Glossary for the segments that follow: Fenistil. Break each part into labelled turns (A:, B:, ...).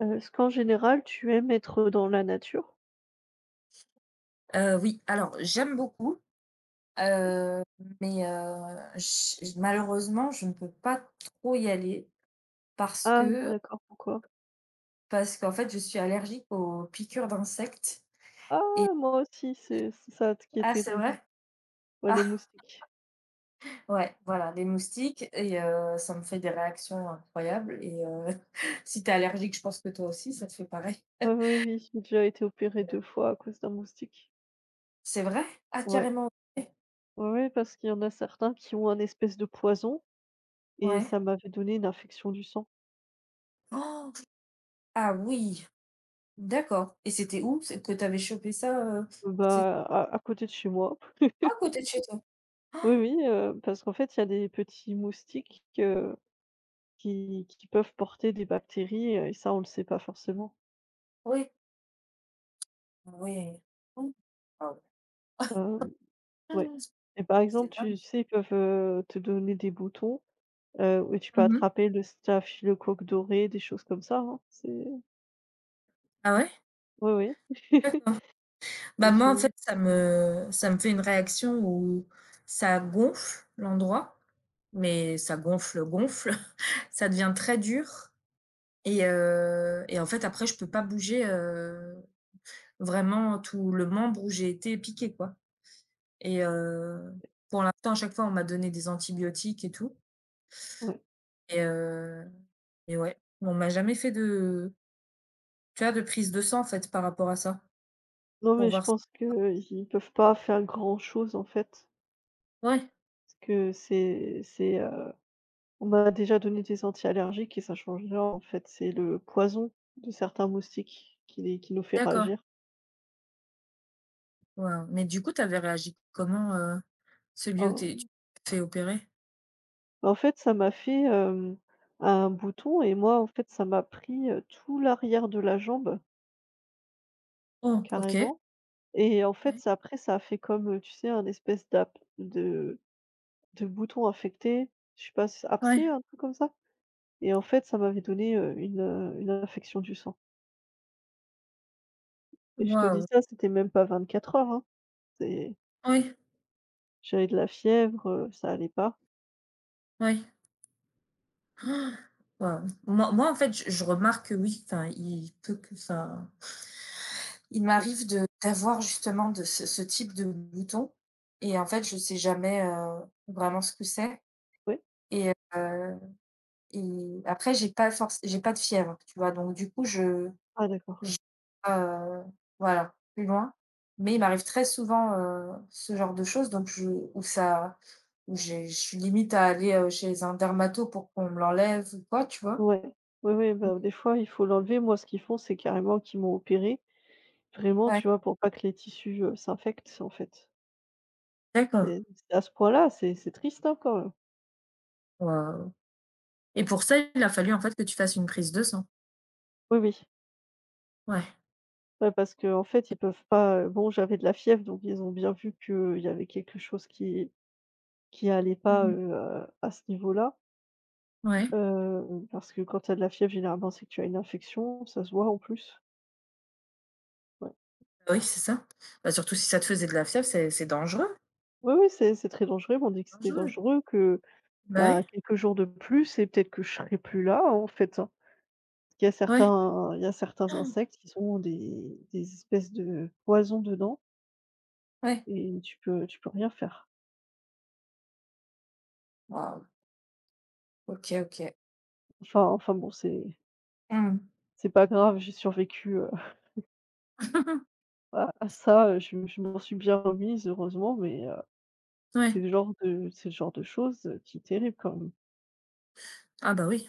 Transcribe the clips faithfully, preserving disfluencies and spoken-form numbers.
A: Heu, est-ce qu'en général, tu aimes être dans la nature?
B: Heu, oui, alors j'aime beaucoup,
A: Ouais.
B: heu, mais heu, j malheureusement, je ne peux pas trop y aller parce
A: Ah
B: que
A: d'accord, pourquoi?
B: parce qu'en fait, je suis allergique aux piqûres d'insectes et
A: Ah moi aussi, c'est c'est ça qui est
B: ah, c'est
A: terrible.
B: vrai?
A: Ouais, les
B: Ah,
A: moustiques.
B: ouais, voilà, les moustiques et heu, ça me fait des réactions incroyables et heu, si t'es allergique, je pense que toi aussi, ça te fait pareil.
A: Ouais, oui, oui, j'ai déjà été opérée deux fois à cause d'un moustique.
B: C'est vrai? Ah,
A: Ouais.
B: carrément, OK.
A: Ouais, ouais, parce qu'il y en a certains qui ont un espèce de poison et
B: Ouais.
A: ça m'avait donné une infection du sang.
B: Oh, ah oui, d'accord et c'était où c'est que t'avais chopé ça, heu? C'est
A: Bah, à à côté de chez moi.
B: à côté de chez toi?
A: Oui, oui, heu, parce qu'en fait, il y a des petits moustiques, heu, qui qui peuvent porter des bactéries, heu, et ça, on ne le sait pas forcément.
B: Oui. Ouais. Mmh. Ah ouais.
A: Heu, ouais
B: Ah,
A: et par
B: c'est
A: exemple,
B: dingue.
A: tu sais, ils peuvent, heu, te donner des boutons, heu, où tu peux
B: Mmh.
A: attraper le staphylocoque doré, des choses comme ça, hein. C'est
B: Ah ouais?
A: oui, oui.
B: Bah,
A: Je
B: moi, en
A: suis
B: fait, ça me ça me fait une réaction où ça gonfle l'endroit, mais ça gonfle, gonfle, ça devient très dur et heu et en fait, après, je peux pas bouger, heu, vraiment tout le membre où j'ai été piqué quoi et heu, pour l'instant, à chaque fois, on m'a donné des antibiotiques et tout
A: ouais.
B: et heu et ouais, on m'a jamais fait de, tu vois, de prise de sang, en fait, par rapport à ça,
A: Non,
B: pour
A: mais je
B: voir.
A: pense qu'ils ne peuvent pas faire grand chose, en fait,
B: Ouais,
A: parce que c'est c'est, On m'a déjà donné des anti-allergiques et ça change rien en fait, c'est le poison de certains moustiques qui les qui nous fait
B: d'accord.
A: réagir.
B: Waouh, mais du coup, tu avais réagi comment, heu, celui où tu tu
A: En
B: t'es fait opérer?
A: en fait, ça m'a fait, hem, un bouton et moi, en fait, ça m'a pris, heu, tout l'arrière de la jambe,
B: Oh, OK.
A: carrément et en fait,
B: Ouais.
A: ça après ça a fait comme, heu, tu sais, un espèce d'ap de de bouton infecté, je sais pas, s abcès,
B: Ouais.
A: un truc comme ça et en fait, ça m'avait donné, heu, une, heu, une infection du sang et je te dis
B: Waouh.
A: ça, c'était même pas vingt-quatre heures, hein, c'est
B: Oui,
A: J'avais de la fièvre, heu, ça allait pas.
B: oui. Waouh. Moi moi, en fait, je je remarque que oui, enfin, il peut que ça. Il
A: Ouais,
B: m'arrive de d'avoir justement de ce ce type de bouton et en fait, je sais jamais, heu, vraiment ce que c'est
A: ouais?
B: et heu et après j'ai pas force, j'ai pas de fièvre, tu vois? Donc du coup, je
A: Ah d'accord.
B: Je, heu, voilà, plus loin. Mais il m'arrive très souvent, heu, ce genre de choses donc je où ça où j'ai je suis limite à aller, heu, chez un dermato pour qu'on me l'enlève ou quoi, tu vois?
A: Ouais. Oui, oui, bah, des fois, il faut l'enlever. Moi, ce qu'ils font, c'est carrément qu'ils m'ont opérée, vraiment,
B: Ouais,
A: tu vois, pour pas que les tissus, heu, s'infectent, en fait.
B: d'accord.
A: C'est c'est à ce point-là, c'est c'est triste, hein, quand même.
B: Waouh, et pour ça, il a fallu, en fait, que tu fasses une prise de sang?
A: Oui, oui.
B: Ouais.
A: Ouais, parce qu'en fait, ils peuvent pas, heu bon, j'avais de la fièvre, donc ils ont bien vu qu'il y avait quelque chose qui qui allait
B: Mmh
A: pas,
B: mh.
A: heu, à à ce niveau-là,
B: Ouais,
A: heu, parce que quand tu as de la fièvre, généralement, c'est que tu as une infection, ça se voit en plus. Ouais.
B: bah, oui, c'est ça. Bah, surtout si ça te faisait de la fièvre, c'est c'est dangereux,
A: Oui, oui, c'est c'est très dangereux. Ils m'ont dit que c'était
B: dangereux.
A: dangereux, que,
B: Bah, ouais,
A: bah, quelques jours de plus et peut-être que je serai plus là, en fait, hein. Il y a
B: ouais,
A: certains il y a certains insectes qui ont des des espèces de poisons dedans
B: ouais.
A: et tu peux tu peux rien faire.
B: Waouh, OK, OK.
A: Enfin enfin bon, c'est
B: Mmh.
A: c'est pas grave, j'ai survécu, heu, à à ça, heu, je je m'en suis bien remise heureusement, mais heu, c'est
B: Ouais.
A: le genre de c'est le genre de chose, heu, qui est terrible quand même.
B: Ah, bah, oui.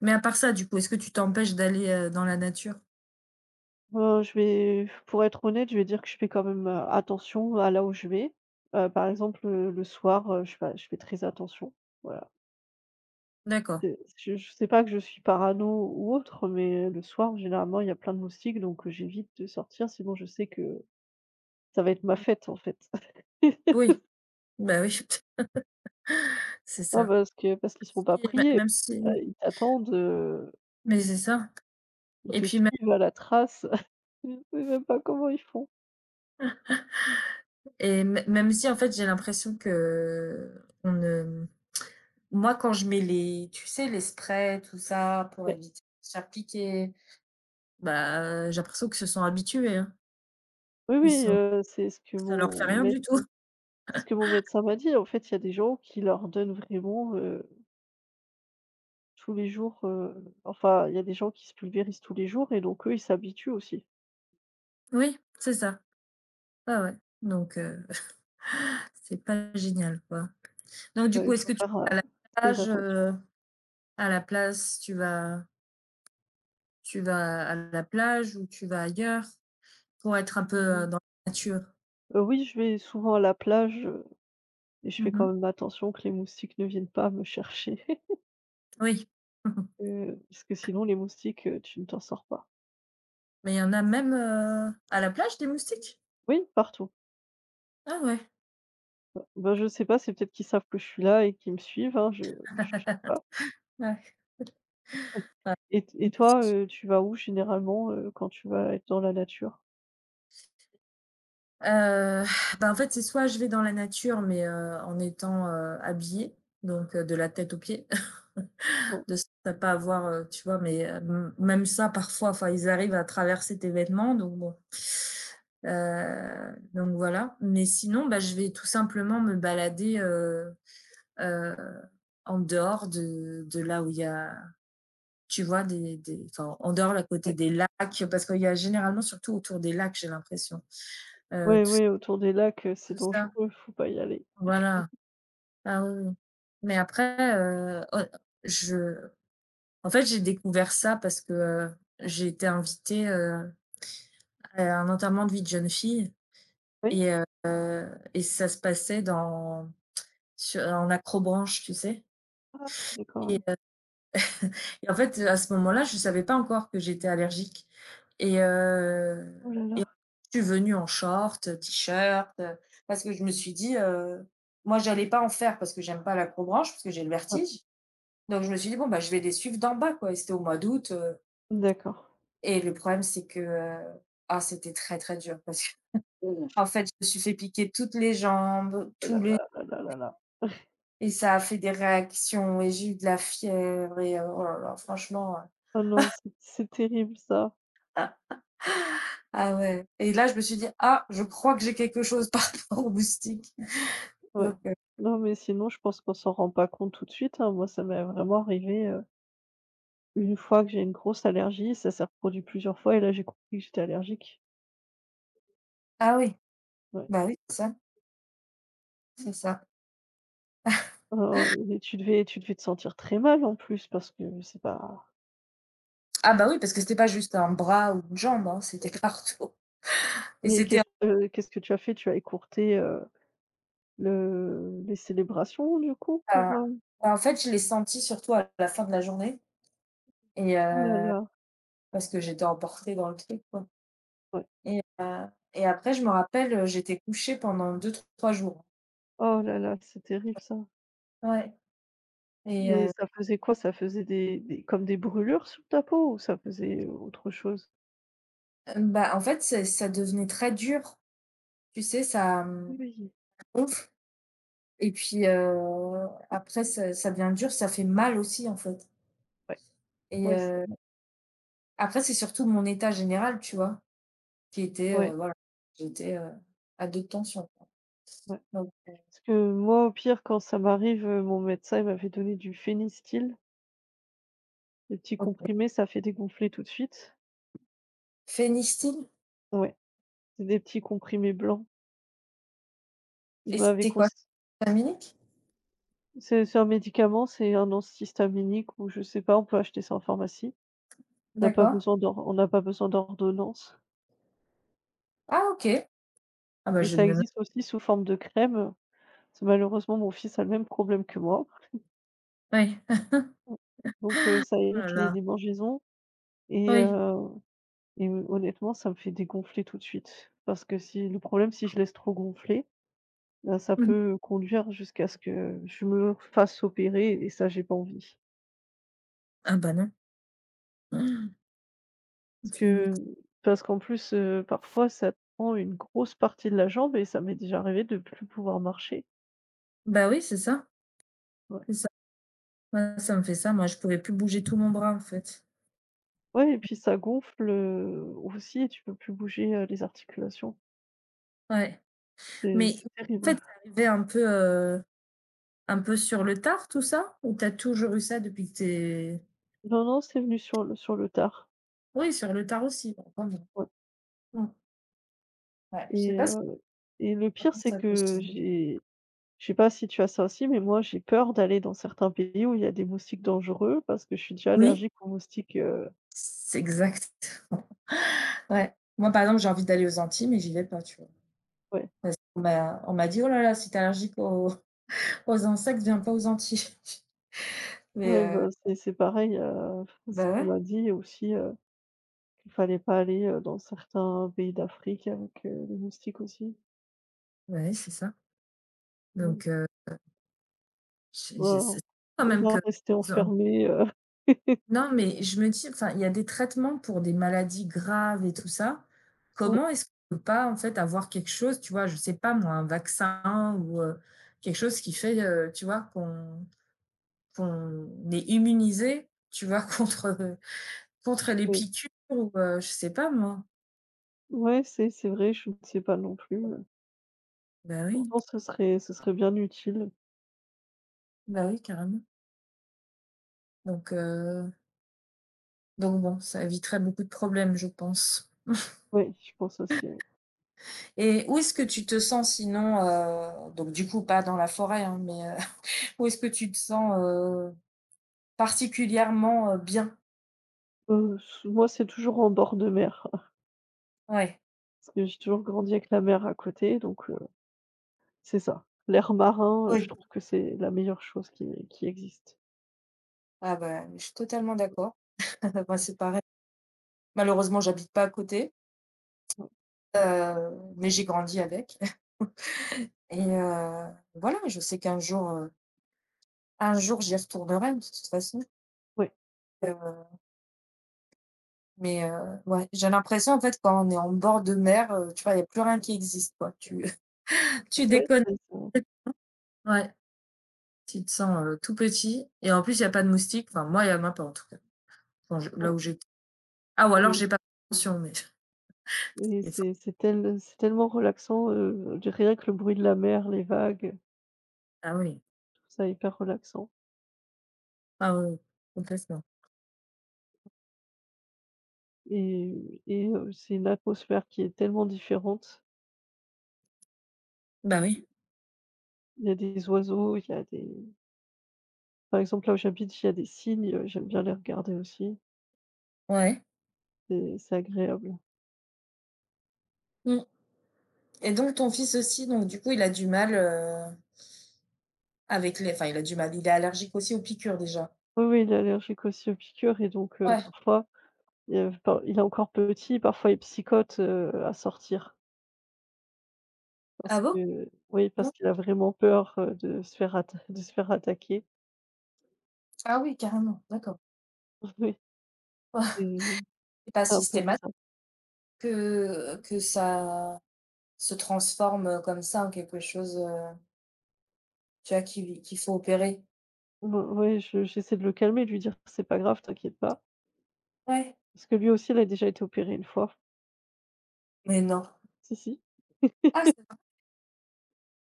B: Mais à part ça, du coup, est-ce que tu t'empêches d'aller, heu, dans la nature?
A: Heu, je vais pour être honnête, je vais dire que je fais quand même, heu, attention à là où je vais. Heu, par exemple, heu, le soir, heu, je fais je fais très attention, voilà.
B: D'accord.
A: C'est je je sais pas que je suis parano ou autre, mais le soir, généralement, il y a plein de moustiques, donc heu, j'évite de sortir, sinon je sais que ça va être ma fête, en fait.
B: Oui, bah, oui, c'est
A: Ah
B: ça.
A: parce que parce qu'ils seront pas
B: Si, bah,
A: pris et
B: même si,
A: heu, ils t'attendent, heu,
B: mais c'est ça,
A: ils
B: et
A: te
B: puis même,
A: suivent à la trace. Je sais même pas comment ils font.
B: et mê même si, en fait, j'ai l'impression qu'on ne moi, quand je mets les, tu sais, les sprays, tout ça, pour
A: Mais
B: éviter de se faire piquer, bah, j'ai l'impression qu'ils se sont habitués, hein.
A: oui,
B: Ils
A: oui,
B: sont
A: heu, c'est ce que
B: Ça leur
A: mon
B: fait rien
A: maître
B: du tout.
A: Ce que mon médecin m'a dit, en fait, il y a des gens qui leur donnent vraiment, heu, tous les jours, heu, enfin, il y a des gens qui se pulvérisent tous les jours et donc eux, ils s'habituent aussi.
B: Oui, c'est ça. Ouais, ouais, donc heu, c'est pas génial, quoi. Donc du
A: Ouais,
B: coup,
A: il
B: est-ce
A: faut
B: que tu
A: faire, heu, très
B: nages,
A: attention.
B: heu, à la place? Tu vas tu vas à la plage ou tu vas ailleurs pour être un peu euh,
A: Mmh.
B: dans la nature.
A: Heu, oui, je vais souvent à la plage, heu et je fais quand
B: Mmh.
A: même attention que les moustiques ne viennent pas me chercher,
B: Oui.
A: heu, parce que sinon les moustiques, heu, tu ne t'en sors pas.
B: Mais il y en a même, heu, à la plage, des moustiques?
A: Oui, partout.
B: Ah ouais,
A: Bah bah, je sais pas, c'est peut-être qu'ils savent que je suis là et qu'ils me suivent, hein, je je sais pas.
B: ouais. Bah,
A: Et et
B: moi aussi
A: toi, heu,
B: je
A: tu vas où généralement, heu, quand tu vas être dans la nature?
B: bah, en fait, c'est soit je vais dans la nature, mais, heu, en étant, heu, habillée, donc, heu, de la tête aux pieds,
A: Ouais,
B: de sorte à pas avoir, heu, tu vois? Mais, heu, m même ça parfois, enfin, ils arrivent à traverser tes vêtements, donc bon. Heu, donc voilà. Mais sinon, bah, je vais tout simplement me balader, heu euh, en dehors de, de là où il y a, tu vois, des, des enfin, en dehors à côté
A: ouais.
B: des lacs, parce qu'il y a généralement, surtout autour des lacs, j'ai l'impression. Euh,
A: Ouais,
B: tout,
A: ouais, autour des lacs, heu, c'est
B: tout ça,
A: dangereux, faut pas y aller.
B: voilà. Ah oui, oui. Mais après, euh, oh, je, en fait, j'ai découvert ça parce que euh, j'ai été invitée euh, à un enterrement de vie de jeune fille
A: Oui?
B: et, euh, et ça se passait dans, sur, en acrobranche, tu sais.
A: Ah d'accord,
B: Et
A: oui.
B: Et en fait, à ce moment-là, je savais pas encore que j'étais allergique et
A: Oh
B: heu
A: là
B: et
A: là,
B: je suis venue en short, heu, t-shirt, heu, parce que je me suis dit, heu, moi, j'allais pas en faire parce que j'aime pas la l'acrobranche, parce que j'ai le
A: ouais,
B: vertige. Donc je me suis dit: «Bon, bah, je vais les suivre d'en bas, quoi», et c'était au mois d'août, heu
A: d'accord.
B: et le problème, c'est que, heu, ah, c'était très, très dur parce qu'en fait, je me suis fait piquer toutes les jambes,
A: Oh là
B: tous les,
A: là, là là là là.
B: et ça a fait des réactions et j'ai eu de la fièvre et heu, oh là là, franchement, heu,
A: Oh non, c'est c'est terrible ça,
B: ah. Ah ouais, et là, je me suis dit: «Ah, je crois que j'ai quelque chose par rapport aux moustiques».
A: ouais.
B: Donc heu
A: Non, mais sinon je pense qu'on s'en rend pas compte tout de suite, hein. Moi, ça m'est vraiment arrivé, heu, une fois que j'ai une grosse allergie, ça s'est reproduit plusieurs fois et là, j'ai compris que j'étais allergique.
B: ah oui,
A: Ouais.
B: bah oui, c'est ça, c'est ça.
A: Oh, oh, tu devais tu devais te sentir très mal en plus parce que c'est pas
B: Ah bah oui, parce que c'était pas juste un bras ou une jambe, hein, c'était partout et
A: mais
B: c'était un
A: qu'est-ce, heu, qu'est-ce que tu as fait? Tu as écourté, Le les célébrations du coup pour, heu
B: bah, en fait, je l'ai senti surtout à la fin de la journée et
A: oh là
B: heu,
A: là,
B: parce que j'étais emportée dans le truc, quoi,
A: ouais.
B: et heu et après, je me rappelle, heu, j'étais couchée pendant deux trois jours.
A: Oh là là, c'est terrible ça.
B: Ouais, et
A: Mais
B: heu,
A: ça faisait quoi? Ça faisait des des comme des brûlures sur ta peau ou ça faisait autre chose?
B: bah, en fait, c'est ça devenait très dur, tu sais, ça, mmh,
A: Oui,
B: gonfle. Et puis, heu, après ça ça devient dur, ça fait mal aussi, en fait,
A: ouais,
B: et
A: ouais, c'est
B: heu,
A: vrai.
B: après c'est surtout mon état général, tu vois? Qui était,
A: Ouais,
B: heu, voilà, j'étais, heu, à deux tensions.
A: ouais.
B: Donc
A: Parce que moi, au pire, quand ça m'arrive, heu, mon médecin, il m'avait donné du Fenistil, des petits
B: OK.
A: comprimés, ça fait dégonfler tout de suite.
B: Phénistyle,
A: Ouais, c'est des petits comprimés blancs. Il
B: et
A: m'avait
B: c'était quoi?
A: conse
B: Dominique.
A: c'est c'est un médicament, c'est un antihistaminique ou je sais pas, on peut acheter ça en pharmacie. On n'a pas
B: D'accord.
A: besoin d'or on n'a pas besoin d'ordonnance
B: Ah OK. Ah bah,
A: et
B: je
A: ça
B: me note.
A: existe aussi sous forme de crème. Parce que malheureusement, mon fils a le même problème que moi.
B: Oui. Ah.
A: Mmh. Donc heu, ça
B: Oh là
A: évite les
B: là.
A: démangeaisons et
B: Oui.
A: heu et honnêtement, ça me fait dégonfler tout de suite. Parce que si le problème, si je laisse trop gonfler, bah, ça
B: Mmh.
A: peut conduire jusqu'à ce que je me fasse opérer et ça, j'ai pas envie.
B: Ah bah, non.
A: Parce que
B: Phénict
A: parce qu'en plus, heu, parfois, ça prend une grosse partie de la jambe et ça m'est déjà arrivé de plus pouvoir marcher.
B: Bah, oui, c'est ça,
A: Ouais.
B: c'est ça. Ouais, ça me fait ça, moi, je pouvais plus bouger tout mon bras, en fait.
A: Ouais et puis ça gonfle, heu, aussi et tu peux plus bouger, heu, les articulations.
B: Ouais,
A: C'est
B: mais
A: c'est
B: en fait,
A: terrible.
B: ça arrivait un peu, heu un peu sur le tard, tout ça? Ou t'as toujours eu ça depuis que tu
A: Non, non, c'est venu sur le sur le tard.
B: oui, sur le tard aussi, bah, quand même.
A: Ouais
B: Mmh. Ouais, je sais
A: et
B: pas si
A: heu et le pire,
B: comment
A: c'est
B: ça peut se
A: que j'ai je sais pas si tu as ça aussi, mais moi, j'ai peur d'aller dans certains pays où il y a des moustiques dangereux parce que je suis déjà
B: oui,
A: allergique aux moustiques, heu
B: c'est exact. Ouais. Moi, par exemple, j'ai envie d'aller aux Antilles, mais j'y vais pas, tu vois?
A: ouais.
B: Parce qu'on m'a on m'a dit: «Oh là là, si tu es allergique aux aux insectes, viens pas aux Antilles». Mais
A: Ouais,
B: heu,
A: bah, c'est c'est pareil, heu, ce
B: bah,
A: qu'on
B: ouais.
A: m'a dit aussi, heu, qu'il fallait pas aller, heu, dans certains pays d'Afrique avec, heu, les moustiques aussi.
B: Ouais, c'est ça.
A: Ouais.
B: Donc heu, j'ai j'ai
A: Bah,
B: c'est quand
A: on
B: même
A: va
B: que
A: rester enfermé heu,
B: non, mais je me dis, enfin, il y a des traitements pour des maladies graves et tout ça.
A: ouais,
B: Comment est-ce qu'on peut pas, en fait, avoir quelque chose, tu vois, je sais pas moi, un vaccin ou euh, quelque chose qui fait, euh, tu vois, qu'on qu'on est immunisé, tu vois, contre, contre les
A: ouais.
B: piqûres ou euh, je sais pas moi.
A: Ouais, c'est c'est vrai, je ne sais pas non plus, heu,
B: Bah oui,
A: pourtant ce serait ce serait bien utile.
B: bah oui, carrément. Donc, euh, donc bon, ça éviterait beaucoup de problèmes, je pense.
A: Oui je pense aussi, oui.
B: Et où est-ce que tu te sens sinon, euh, donc du coup, pas dans la forêt, hein, mais euh, où est-ce que tu te sens, heu, particulièrement, heu, bien?
A: Heu, s moi, c'est toujours en bord de mer,
B: Ouais.
A: parce que j'ai toujours grandi avec la mer à côté, donc heu, c'est ça. L'air marin, heu, je
B: Oui.
A: trouve que c'est la meilleure chose qui qui existe.
B: Ah bah, je suis totalement d'accord. Moi, c'est pareil. Malheureusement, j'habite pas à côté,
A: Ouais,
B: heu, mais j'ai grandi avec, et heu, voilà, je sais qu'un jour, heu, un jour, j'y retournerai de toute façon,
A: ouais,
B: heu, mais heu, ouais, j'ai l'impression, en fait, quand on est en bord de mer, heu, tu vois, il y a plus rien qui existe, quoi. Tu Tu
A: ouais,
B: déconnes,
A: c'est ça,
B: ouais, tu te sens, heu, tout petit et en plus, il y a pas de moustiques. Enfin, moi, il y en a pas, en tout cas, quand je là
A: ouais
B: où j'ai. Ah, ou alors
A: et
B: j'ai pas fait attention, mais
A: et
B: c'est
A: c'est
B: fort.
A: c'est tel c'est tellement relaxant, heu, rien que le bruit de la mer, les vagues,
B: Ah oui,
A: je trouve ça hyper relaxant.
B: ah oui, oui, complètement.
A: Et et heu, c'est une atmosphère qui est tellement différente.
B: Bah oui,
A: Il y a des oiseaux, il y a des par exemple, là où j'habite, il y a des cygnes, heu, j'aime bien les regarder aussi,
B: ouais.
A: c'est c'est agréable.
B: Mmh. Et donc ton fils aussi, donc du coup, il a du mal, heu, avec les enfin il a du mal, il est allergique aussi aux piqûres déjà?
A: Oui, oui, il est allergique aussi aux piqûres et donc heu,
B: Ouais.
A: parfois, heu, par il est encore petit, parfois il psychote, heu, à sortir parce
B: Ah bon?
A: que oui, parce
B: Vraiment?
A: qu'il a vraiment peur, heu, de se faire atta de se faire attaquer.
B: Ah oui, carrément, d'accord.
A: Oui, c'est
B: Oh. C'est pas
A: c'est un peu
B: systématique
A: bizarre.
B: que que ça se transforme, heu, comme ça, en quelque chose, heu, tu vois, qu'il qu'il faut opérer?
A: Oui, j'essaie de le calmer, de lui dire: «C'est pas grave, t'inquiète pas».
B: Ouais.
A: Parce que lui aussi, il a déjà été opéré une fois.
B: Mais non.
A: Si, si.
B: Ah c'est vrai?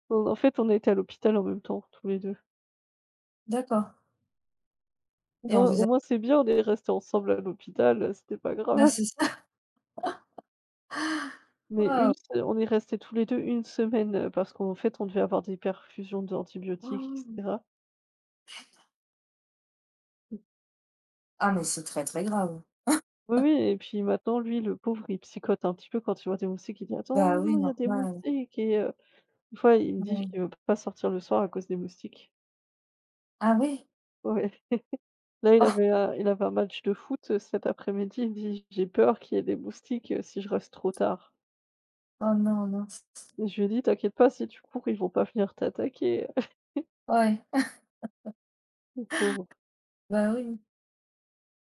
A: En en fait, on était à l'hôpital en même temps, tous les deux.
B: D'accord,
A: Au
B: et on
A: moins au
B: vous a
A: moins, c'est bien, on est restés ensemble à l'hôpital, heu, c'était pas
B: ah
A: grave.
B: c'est ça?
A: Mais une
B: Waouh!
A: se on est restés tous les deux une semaine, heu, parce qu'en fait, on devait avoir des perfusions d'antibiotiques, et cetera.
B: Ah mais c'est très, très grave.
A: Oui, oui et puis maintenant, lui, le pauvre, il psychote un petit peu quand il voit des moustiques, il dit: «Attends,
B: Bah oui,
A: non, il y a des
B: normal.
A: moustiques» et heu, des fois, il me dit
B: Ouais.
A: qu'il ne veut pas sortir le soir à cause des moustiques.
B: Ah oui?
A: Ouais. Là, il
B: Oh!
A: avait un il avait un match de foot, heu, cet après-midi, il me dit: «J'ai peur qu'il y ait des moustiques, heu, si je reste trop tard».
B: Oh non, mince.
A: Je lui ai dit: «T'inquiète pas, si tu cours, ils vont pas venir t'attaquer».
B: Ouais.
A: Le pauvre.
B: Bah oui.